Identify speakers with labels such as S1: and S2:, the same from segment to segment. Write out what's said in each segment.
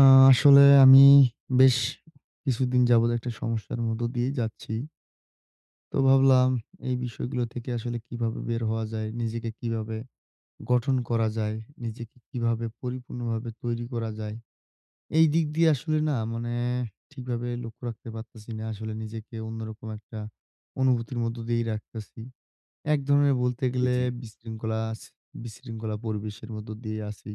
S1: আ আসলে আমি বেশ কিছুদিন যাবৎ একটা সমস্যার মধ্য দিয়েই যাচ্ছি। তো ভাবলাম এই বিষয়গুলো থেকে আসলে কিভাবে বের হওয়া যায়, নিজেকে কিভাবে গঠন করা যায়, নিজেকে কিভাবে পরিপূর্ণভাবে তৈরি করা যায়। এই দিক দিয়ে আসলে না মানে ঠিকভাবে লক্ষ্য রাখতে পারতেছি না। আসলে নিজেকে অন্যরকম একটা অনুভূতির মধ্য দিয়েই রাখতেছি। এক ধরনের বলতে
S2: জি,
S1: গেলে
S2: জি।
S1: বিশৃঙ্খলা বিশৃঙ্খলা পরিবেশের মধ্য দিয়ে আছি।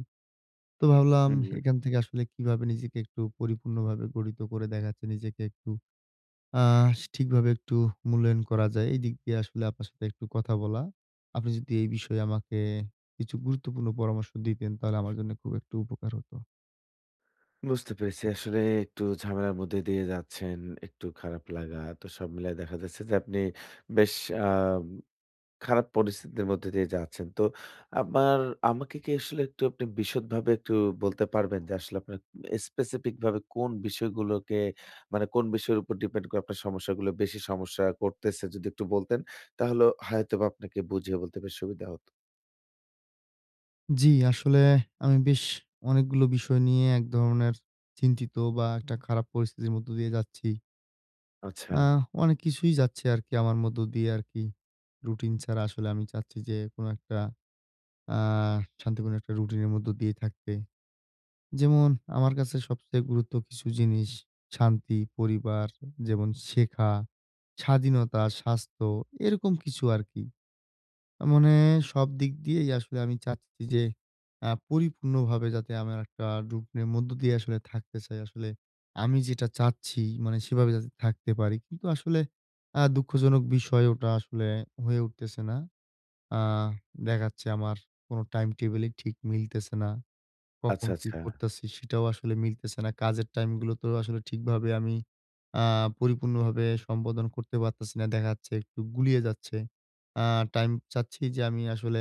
S1: তো ভাবলাম
S2: হুম,
S1: এখান থেকে আসলে কিভাবে নিজেকে একটু পরিপূর্ণভাবে গঠিত করে দেখাচ্ছে নিজেকে একটু আহ ঠিকভাবে একটু মূল্যায়ন করা যায়। এই দিক দিয়ে আসলে আপনার সাথে একটু কথা বলা। আপনি যদি এই বিষয়ে আমাকে কিছু গুরুত্বপূর্ণ পরামর্শ দিতেন তাহলে আমার জন্য খুব একটু উপকার হতো।
S2: বুঝতে পেরেছি। আসলে একটু ঝামেলার মধ্যে দিয়ে যাচ্ছেন, একটু খারাপ লাগা। তো সব মিলায় দেখা যাচ্ছে যে আপনি বেশ আম খারাপ পরিস্থিতির মধ্যে দিয়ে যাচ্ছেন। তো আমার আমাকে কি আসলে একটু আপনি বিশদভাবে একটু বলতে পারবেন যে আসলে আপনার স্পেসিফিক ভাবে কোন বিষয়গুলোকে মানে কোন বিষয়ের উপর ডিপেন্ড করে আপনার সমস্যাগুলো বেশি সমস্যা করতেছে যদি একটু বলতেন, তাহলে হয়তোবা আপনাকে বুঝিয়ে বলতে বেশ সুবিধা হতো।
S1: জি, আসলে আমি বেশ অনেকগুলো বিষয় নিয়ে এক ধরনের চিন্তিত বা একটা খারাপ পরিস্থিতির মধ্য দিয়ে যাচ্ছি।
S2: আচ্ছা,
S1: আ অনেক কিছুই যাচ্ছে আরকি আমার মধ্য দিয়ে আরকি। রুটিন ছাড়া আসলে আমি চাচ্ছি যে কোনো একটা আ শান্তিপূর্ণ একটা রুটিনের মধ্য দিয়ে থাকতে। যেমন আমার কাছে সবচেয়ে গুরুত্ব কিছু জিনিস শান্তি, পরিবার, যেমন শেখা, স্বাধীনতা, স্বাস্থ্য এরকম কিছু আরকি। মানে সব দিক দিয়েই আসলে আমি চাচ্ছি যে পরিপূর্ণভাবে যাতে আমার একটা রুটিনের মধ্য দিয়ে আসলে থাকতে চাই। আসলে আমি যেটা চাচ্ছি মানে সেভাবে যাতে থাকতে পারি। কিন্তু আসলে দুঃখজনক বিষয় ওটা আসলে হয়ে উঠতেছে না। আ দেখাচ্ছে আমার কোনো টাইম টেবলই ঠিক মিলতেছে না। কখন
S2: আচ্ছা,
S1: কি
S2: আচ্ছা।
S1: করতেছি সেটাও আসলে মিলতেছে না। কাজের টাইমগুলোতেও আসলে ঠিকভাবে আমি আ পরিপূর্ণভাবে সম্পাদন করতে পারতেছি না। দেখা যাচ্ছে একটু গুলিয়ে যাচ্ছে। আ টাইম চাচ্ছি যে আমি আসলে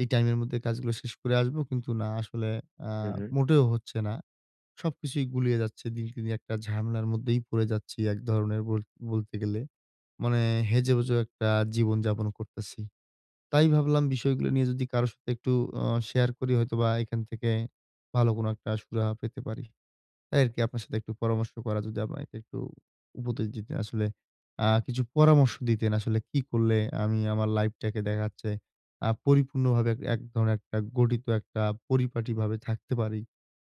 S1: এই টাইমের মধ্যে কাজগুলো শেষ করে আসবো। কিন্তু না আসলে আ
S2: হুম, হুম।
S1: মোটেও হচ্ছে না। সবকিছুই গুলিয়ে যাচ্ছে। দিনকে দিন একটা ঝামেলার মধ্যেই পড়ে যাচ্ছি এক ধরনের বলতে গেলে। মানে হেজে-বুজে একটা জীবনযাপন করতেছি। তাই ভাবলাম বিষয়গুলো নিয়ে যদি কারো সাথে একটু অ শেয়ার করি হয়তোবা এখান থেকে ভালো কোনো একটা সুরাহা পেতে পারি। তাই আরকি আপনার সাথে একটু পরামর্শ করা যদি আমাকে একটু উপদেশ দিতেন আসলে কিছু পরামর্শ দিতেন আসলে কি করলে আমি আমার লাইফটাকে দেখা যাচ্ছে পরিপূর্ণভাবে এক এক ধরনের একটা গঠিত একটা পরিপাটিভাবে থাকতে পারি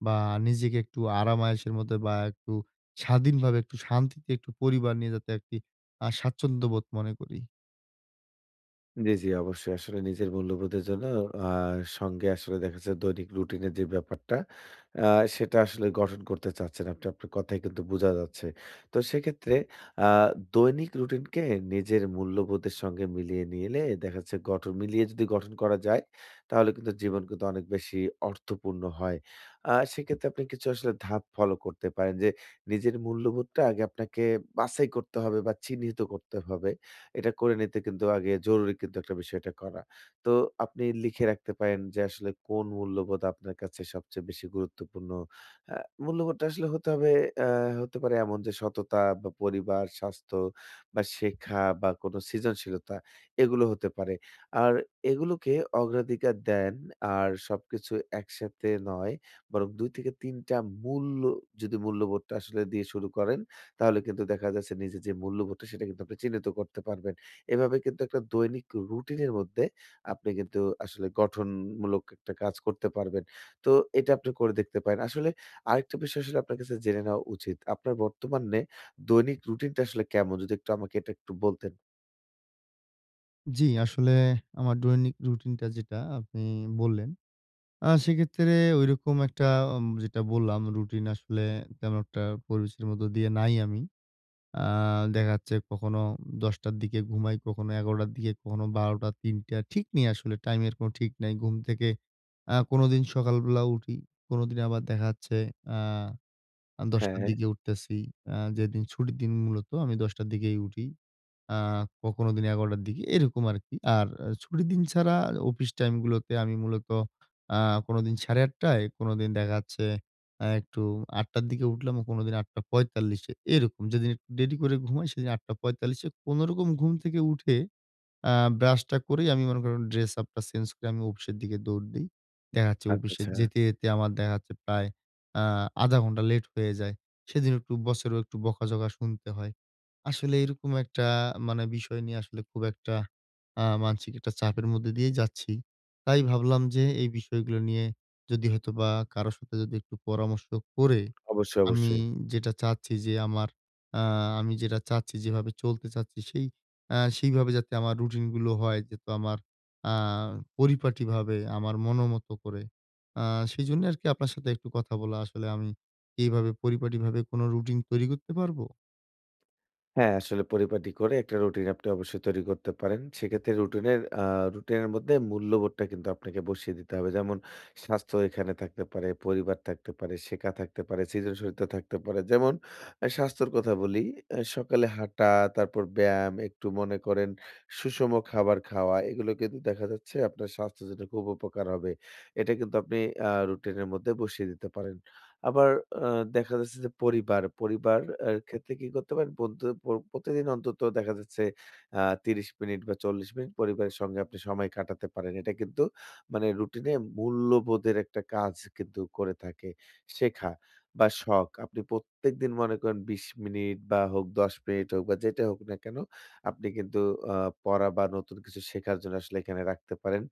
S1: বা নিজেকে একটু আরাম-আয়েশের মধ্যে বা একটু স্বাধীনভাবে একটু শান্তিতে একটু পরিবার নিয়ে যাতে একটি স্বাচ্ছন্দ্যবোধ মনে করি।
S2: জি, জি, অবশ্যই। আসলে নিজের মূল্যবোধের জন্য আ সঙ্গে আসলে দেখা যাচ্ছে দৈনিক রুটিনের যে ব্যাপারটা, আ সেটা আসলে গঠন করতে চাচ্ছেন আপনি। আপনার কথায় কিন্তু বোঝা যাচ্ছে। তো সেক্ষেত্রে আ দৈনিক রুটিনকে নিজের মূল্যবোধের সঙ্গে মিলিয়ে নিলে দেখা যাচ্ছে গঠন মিলিয়ে যদি গঠন করা যায়, তাহলে কিন্তু জীবন কিন্তু অনেক বেশি অর্থপূর্ণ হয়। সেক্ষেত্রে আপনি কিছু আসলে ধাপ ফলো করতে পারেন যে, নিজের মূল্যবোধটা আগে আপনাকে বাছাই করতে হবে বা চিহ্নিত করতে হবে। এটা করে নিতে কিন্তু আগে জরুরি কিন্তু একটা বিষয় এটা করা। তো আপনি লিখে রাখতে পারেন যে আসলে কোন মূল্যবোধ আপনার কাছে সবচেয়ে বেশি গুরুত্বপূর্ণ। আ মূল্যবোধটা আসলে হতে হবে আ হতে পারে এমন যে সততা বা পরিবার, স্বাস্থ্য বা শেখা বা কোনো সৃজনশীলতা এগুলো হতে পারে। আর এগুলোকে অগ্রাধিকার দেন আর সবকিছু একসাথে নয় বরং ২ থেকে ৩ টা মূল্য যদি মূল্যবোধটা আসলে দিয়ে শুরু করেন তাহলে কিন্তু দেখা যাচ্ছে নিজের যে মূল্যবোধটা সেটা কিন্তু আপনি চিহ্নিত করতে পারবেন। এভাবে কিন্তু একটা দৈনিক রুটিনের মধ্যে আপনি কিন্তু আসলে গঠনমূলক একটা কাজ করতে পারবেন। তো এটা আপনি করে দেখতে পারেন। আসলে আরেকটা বিষয় আসলে আপনার কাছে জেনে নেওয়া উচিত। আপনার বর্তমানে দৈনিক রুটিনটা আসলে কেমন? যদি একটু আমাকে এটা একটু বলতেন।
S1: জি, আসলে আমার দৈনিক রুটিনটা যেটা আপনি বললেন, সেক্ষেত্রে ঐরকম একটা যেটা বললাম রুটিন আসলে তেমন একটা পরিবেশের মধ্য দিয়ে নাই আমি। আ দেখা যাচ্ছে কখনো ১০ঃ০০ র দিকে ঘুমাই, কখনো ১১ঃ০০ র দিকে, কখনো ১২ঃ০০ ৩ঃ০০ ঠিক নেই আসলে টাইমের কোনো ঠিক নাই। ঘুম থেকে কোনোদিন সকালবেলা উঠি, কোনোদিন আবার দেখা যাচ্ছে আ ১০ঃ০০ র
S2: হ্যাঁ,
S1: দিকে উঠতেছি। যেদিন ছুটির দিন মূলত আমি ১০ঃ০০ র দিকেই উঠি। আ কখনো দিন ১১:০০ র দিকে এরকম আরকি। আর ছুটির দিন ছাড়া অফিস টাইম গুলোতে আমি মূলত আ কোনোদিন ৮:৩০ কোনোদিন দেখা যাচ্ছে একটু ৮:০০ র দিকে উঠলাম, কোনোদিন ৮:৪৫ এ এরকম। যেদিন একটু দেরি করে ঘুমাই সেদিন ৮:৪৫ এ কোনরকম ঘুম থেকে উঠে আ ব্রাশটা করেই আমি মনে করেন ড্রেস আপটা চেঞ্জ করে আমি অফিসের দিকে দৌড় দেই। দেখা যাচ্ছে
S2: আচ্ছা,
S1: অফিসে
S2: আচ্ছা।
S1: যেতে, যেতে আমার দেখা যাচ্ছে প্রায় আ ০.৫ ঘন্টা লেট হয়ে যায়। সেদিন একটু বসেরও একটু বকাঝকা শুনতে হয়। আসলে এরকম একটা মানে বিষয় নিয়ে আসলে খুব একটা মানসিক একটা চাপের মধ্যে দিয়েই যাচ্ছি। তাই ভাবলাম যে এই বিষয়গুলো নিয়ে যদি হয়তোবা কারো সাথে যদি একটু পরামর্শ করে
S2: অবশ্যই,
S1: আমি
S2: অবশ্যই।
S1: যেটা চাচ্ছি যে আমার আ আমি যেটা চাচ্ছি, যেভাবে চলতে চাচ্ছি সেই সেইভাবে যাতে আমার রুটিন গুলো হয় যেহেতু আমার আ পরিপাটিভাবে আমার মনোমতো করে। আ সেজন্য আরকি আপনার সাথে একটু কথা বলা। আসলে আমি এইভাবে পরিপাটিভাবে কোনো রুটিন তৈরি করতে পারবো?
S2: হ্যাঁ, আসলে পরিপাটি করে একটা রুটিন আপনি অবশ্যই তৈরি করতে পারেন। সেক্ষেত্রে রুটিনের মধ্যে মূল্যবোধটা কিন্তু আপনাকে বসিয়ে দিতে হবে। যেমন স্বাস্থ্য এখানে থাকতে পারে, পরিবার থাকতে পারে, শেখা থাকতে পারে, সৃজনশীলতা থাকতে পারে। যেমন স্বাস্থ্যর কথা বলি, সকালে হাঁটা, তারপর ব্যায়াম, একটু মনে করেন সুষম খাবার খাওয়া, এগুলো কিন্তু দেখা যাচ্ছে আপনার স্বাস্থ্যের জন্য খুব উপকার হবে। এটা কিন্তু আপনি রুটিনের মধ্যে বসিয়ে দিতে পারেন। আবার আ দেখা যাচ্ছে যে পরিবার এর ক্ষেত্রে কি করতে পারেন? বন্ধু প প্রতিদিন অন্তত দেখা যাচ্ছে ৩০ মিনিট বা ৪০ মিনিট পরিবারের সঙ্গে আপনি সময় কাটাতে পারেন। এটা কিন্তু মানে রুটিনে মূল্যবোধের একটা কাজ কিন্তু করে থাকে। শেখা বা শখ। আপনি প্রত্যেকদিন মনে করেন ২০ মিনিট বা হোক ১০ মিনিট হোক বা যেটা হোক না কেন, আপনি কিন্তু আ পড়া বা নতুন কিছু শেখার জন্য আসলে এখানে রাখতে পারেন।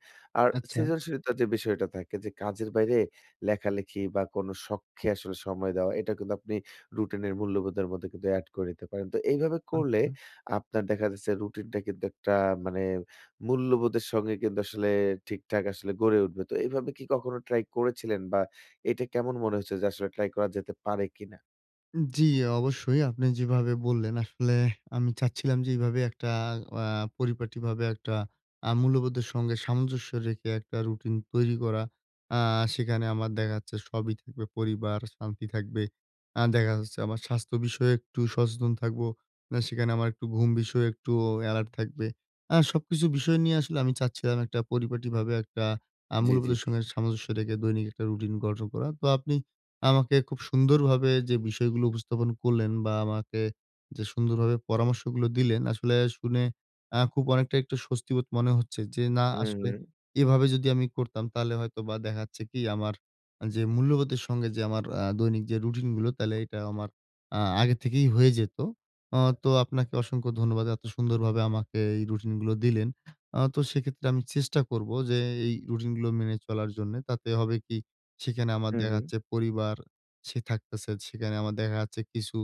S2: আর
S1: আচ্ছা,
S2: সৃজনশীলতার যে বিষয়টা থাকে যে কাজের বাইরে লেখালেখি বা কোনো শখকে আসলে সময় দেওয়া, এটা কিন্তু আপনি রুটিনের মূল্যবোধের মধ্যে কিন্তু এড করে নিতে পারেন। তো এইভাবে করলে
S1: আচ্ছা।
S2: আপনার দেখা যাচ্ছে রুটিনটা কিন্তু একটা মানে মূল্যবোধের সঙ্গে কিন্তু আসলে ঠিকঠাক আসলে গড়ে উঠবে। তো এইভাবে কি কখনো ট্রাই করেছিলেন বা এটা কেমন মনে হচ্ছে যে আসলে ট্রাই করা যেতে পারে কিনা?
S1: জি, অবশ্যই। আপনি যেভাবে বললেন আসলে আমি চাচ্ছিলাম যে এইভাবে একটা আ পরিপাটিভাবে একটা মূল্যবোধের সঙ্গে সামঞ্জস্য রেখে একটা রুটিন তৈরি করা। আ সেখানে আমার দেখা যাচ্ছে সবই থাকবে, পরিবার, শান্তি থাকবে। দেখা যাচ্ছে আমার স্বাস্থ্য বিষয়ে একটু সচেতন থাকবো। সেখানে আমার একটু ঘুম বিষয়ে একটু এলার্ট থাকবে। সবকিছু বিষয় নিয়ে আসলে আমি চাচ্ছিলাম একটা পরিপাটিভাবে একটা
S2: জি, জি,
S1: মূল্যবোধের
S2: জি।
S1: সঙ্গে সামঞ্জস্য রেখে দৈনিক একটা রুটিন গঠন করা। তো আপনি আমাকে খুব সুন্দরভাবে যে বিষয়গুলো উপস্থাপন করলেন বা আমাকে যে সুন্দরভাবে পরামর্শগুলো দিলেন, আসলে শুনে খুব অনেকটা একটু স্বস্তিবোধ মনে হচ্ছে যে, না
S2: হুম,
S1: আসলে
S2: হুম।
S1: এভাবে যদি আমি করতাম তাহলে হয়তোবা দেখা যাচ্ছে কি আমার যে মূল্যবোধের সঙ্গে যে আমার দৈনিক যে রুটিন গুলো তাহলে এটা আমার আগে থেকেই হয়ে যেত। তো আপনাকে অসংখ্য ধন্যবাদ। এত সুন্দরভাবে আমাকে এই রুটিন গুলো দিলেন। তো সেক্ষেত্রে আমি চেষ্টা করব যে এই রুটিন গুলো মেনে চলার জন্যে। তাতে হবে কি সেখানে আমার
S2: হুম,
S1: দেখা
S2: হুম।
S1: যাচ্ছে পরিবার সে থাকতেছে। সেখানে আমার দেখা যাচ্ছে কিছু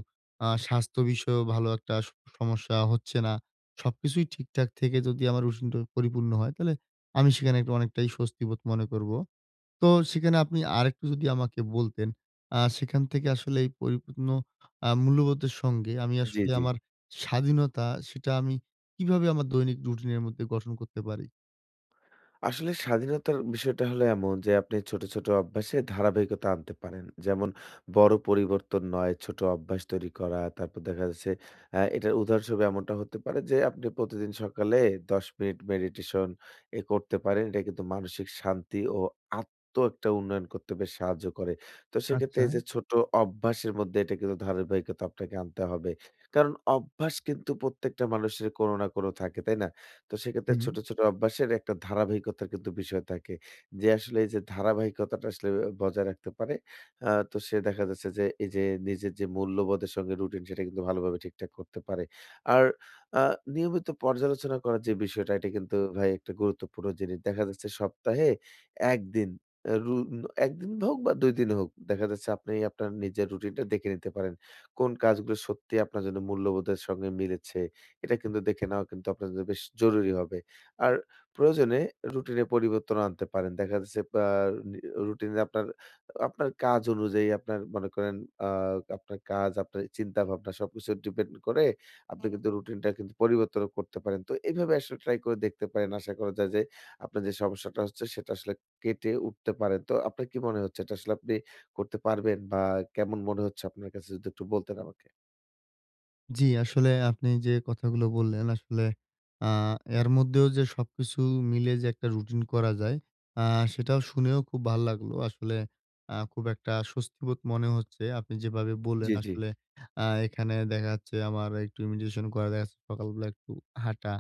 S1: স্বাস্থ্য বিষয়েও ভালো একটা সমস্যা হচ্ছে না। সবকিছুই ঠিকঠাক থেকে যদি আমার রুটিনটা পরিপূর্ণ হয়, তাহলে আমি সেখানে একটা অনেকটাই স্বস্তিবোধ মনে করব। তো সেখানে আপনি আরেকটু যদি আমাকে বলতেন, সেখান থেকে আসলে এই পরিপূর্ণ মূল্যবোধের সঙ্গে আমি
S2: জি,
S1: আসলে
S2: জি।
S1: আমার স্বাধীনতা, সেটা আমি কিভাবে আমার দৈনিক রুটিনের মধ্যে গঠন করতে পারি?
S2: আসলে স্বাধীনতার বিষয়টা হলো এমন যে আপনি ছোট, ছোট অভ্যাসে ধারাবাহিকতা আনতে পারেন। যেমন বড় পরিবর্তন নয়, ছোট অভ্যাস তৈরি করা। তারপর দেখা যাচ্ছে এটার উদাহরণস্বরূপ এমনটা হতে পারে যে আপনি প্রতিদিন সকালে ১০ মিনিট মেডিটেশন এ করতে পারেন। এটা কিন্তু মানসিক শান্তি ও আত্ম একটা উন্নয়ন করতে বেশ সাহায্য করে। তো সেক্ষেত্রে
S1: আচ্ছা,
S2: এই যে ছোট অভ্যাসের মধ্যে এটা কিন্তু ধারাবাহিকতা আপনাকে আনতে হবে। কারণ অভ্যাস কিন্তু প্রত্যেকটা মানুষের কোনো না কোনো থাকে, তাই না? তো সেক্ষেত্রে
S1: হুম।
S2: ছোট, ছোট অভ্যাসের একটা ধারাবাহিকতার কিন্তু বিষয় থাকে। যে আসলে এই যে ধারাবাহিকতাটা আসলে বজায় রাখতে পারে, তো সে দেখা যাচ্ছে যে এই যে নিজের যে মূল্যবোধের সঙ্গে রুটিন সেটা কিন্তু ভালোভাবে ঠিকঠাক করতে পারে। আর আ নিয়মিত পর্যালোচনা করার যে বিষয়টা এটা কিন্তু ভাই একটা গুরুত্বপূর্ণ জিনিস। দেখা যাচ্ছে সপ্তাহে ১ দিন আ রু ১ দিন হোক বা ২ দিন হোক দেখা যাচ্ছে আপনি আপনার নিজের রুটিনটা দেখে নিতে পারেন। কোন কাজগুলো সত্যি আপনার জন্য মূল্যবোধের সঙ্গে মিলেছে। এটা কিন্তু দেখে নেওয়া কিন্তু আপনার জন্য বেশ জরুরি হবে। আর প্রয়োজনে রুটিনে পরিবর্তন আনতে পারেন। দেখা যাচ্ছে আ নি রুটিনে আপনার, আপনার কাজ অনুযায়ী আপনার মনে করেন আ আপনার কাজ, আপনার চিন্তাভাবনা সবকিছু ডিপেন্ড করে আপনি কিন্তু রুটিনটা কিন্তু পরিবর্তনও করতে পারেন। তো এভাবে আসলে ট্রাই করে দেখতে পারেন। আশা করা যায় যে আপনার যে সমস্যাটা হচ্ছে সেটা আসলে কেটে উঠতে পারেন। তো আপনার কি মনে হচ্ছে এটা আসলে আপনি করতে পারবেন বা কেমন মনে হচ্ছে আপনার কাছে যদি একটু বলতেন আমাকে?
S1: জি, আসলে আপনি যে কথাগুলো বললেন আসলে আ এর মধ্যেও যে সবকিছু মিলে যে একটা রুটিন করা যায়, আ সেটাও শুনেও খুব ভাল লাগলো। আসলে খুব একটা স্বস্তিবোধ মনে হচ্ছে। আপনি যেভাবে বললেন
S2: জি, জি।
S1: আসলে এখানে দেখা যাচ্ছে আমার একটু মেডিটেশন করা, দেখা যাচ্ছে সকালবেলা একটু হাঁটা।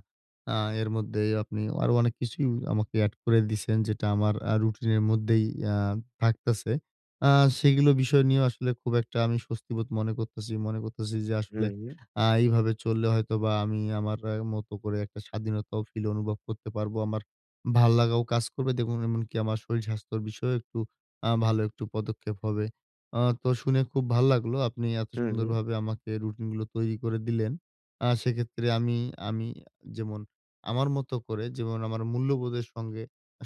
S1: আ এর মধ্যেই আপনি আরো অনেক কিছুই আমাকে এড করে দিছেন যেটা আমার রুটিনের মধ্যেই আ থাকতেছে। আ সেগুলো বিষয় নিয়েও আসলে খুব একটা আমি স্বস্তিবোধ মনে করতেছি। মনে করতেছি যে আসলে
S2: হুম, হুম।
S1: এইভাবে চললে হয়তোবা আমি আমার মতো করে একটা স্বাধীনতাও ফিল অনুভব করতে পারবো। আমার ভাল্লাগাও কাজ করবে। দেখুন এমনকি আমার শরীর স্বাস্থ্যর বিষয়েও একটু ভালো একটু পদক্ষেপ হবে। তো শুনে খুব ভাল লাগলো। আপনি এত
S2: হুম, হুম।
S1: সুন্দরভাবে আমাকে রুটিন গুলো তৈরি করে দিলেন। সেক্ষেত্রে আমি আমি যেমন আমার মতো করে যেমন আমার মূল্যবোধের সঙ্গে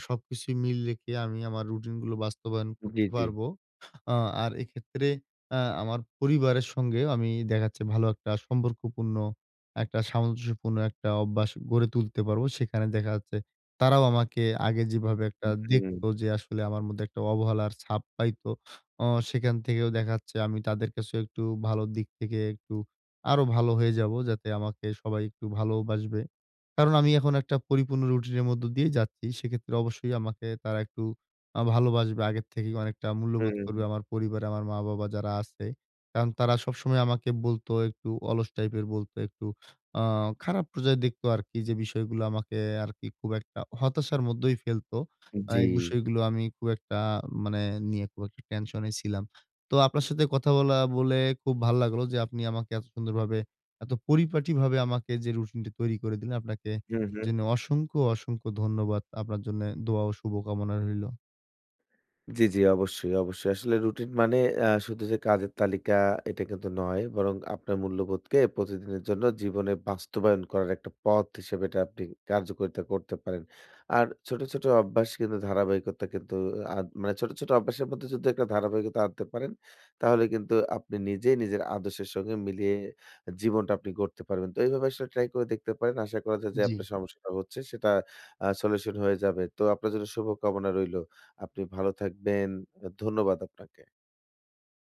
S1: সবকিছু মিল রেখে আমি আমার রুটিন গুলো বাস্তবায়ন
S2: জি,
S1: করতে
S2: জি।
S1: পারবো। আ আর এক্ষেত্রে আমার পরিবারের সঙ্গে আমি দেখা যাচ্ছে ভালো একটা সম্পর্কপূর্ণ, একটা সামঞ্জস্যপূর্ণ একটা অভ্যাস গড়ে তুলতে পারবো। সেখানে দেখা যাচ্ছে তারাও আমাকে আগে যেভাবে একটা
S2: হুম,
S1: দেখতো যে আসলে আমার মধ্যে একটা অবহেলার ছাপ পাইতো, সেখান থেকেও দেখা যাচ্ছে আমি তাদের কাছেও একটু ভালোর দিক থেকে একটু আরো ভালো হয়ে যাবো যাতে আমাকে সবাই একটু ভালোবাসবে। কারণ আমি এখন একটা পরিপূর্ণ রুটিনের মধ্য দিয়ে যাচ্ছি। সেক্ষেত্রে অবশ্যই আমাকে তারা একটু ভালোবাসবে আগের থেকেই অনেকটা মূল্যবোধ
S2: হুম,
S1: করবে আমার পরিবারে আমার মা-বাবা যারা আছে। কারণ তারা সবসময় আমাকে বলতো একটু অলস টাইপের বলতো একটু আ খারাপ পর্যায়ে দেখতো আরকি যে বিষয়গুলো আমাকে আরকি খুব একটা হতাশার মধ্যেই ফেলতো।
S2: জি।
S1: এই বিষয়গুলো আমি খুব একটা মানে নিয়ে খুব একটা টেনশনে ছিলাম। তো আপনার সাথে কথা বলা বলে খুব ভাল লাগলো যে আপনি আমাকে এত সুন্দরভাবে এত পরিপাটিভাবে আমাকে যে রুটিনটি তৈরি করে দিলেন আপনাকে
S2: হুম, হুম।
S1: এজন্য অসংখ্য, অসংখ্য ধন্যবাদ। আপনার জন্যে দোয়া ও শুভকামনা রইলো।
S2: জি, জি। অবশ্যই, অবশ্যই। আসলে রুটিন মানে শুধু যে কাজের তালিকা এটা কিন্তু নয়। বরং আপনার মূল্যবোধকে প্রতিদিনের জন্য জীবনে বাস্তবায়ন করার একটা পথ হিসেবে এটা আপনি কার্যকারিতা করতে পারেন। আর ছোট, ছোট অভ্যাস কিন্তু ধারাবাহিকতা কিন্তু মানে ছোট, ছোট অভ্যাসের মধ্যে যদি একটা ধারাবাহিকতা আনতে পারেন, তাহলে কিন্তু আপনি নিজেই নিজের আদর্শের সঙ্গে মিলিয়ে জীবনটা আপনি গড়তে পারবেন। তো এইভাবে আসলে ট্রাই করে দেখতে পারেন। আশা করা যায় যে
S1: জি।
S2: আপনার সমস্যাটা হচ্ছে সেটা সলিউশন হয়ে যাবে। তো আপনার জন্য শুভকামনা রইলো। আপনি ভালো থাকবেন। ধন্যবাদ আপনাকে।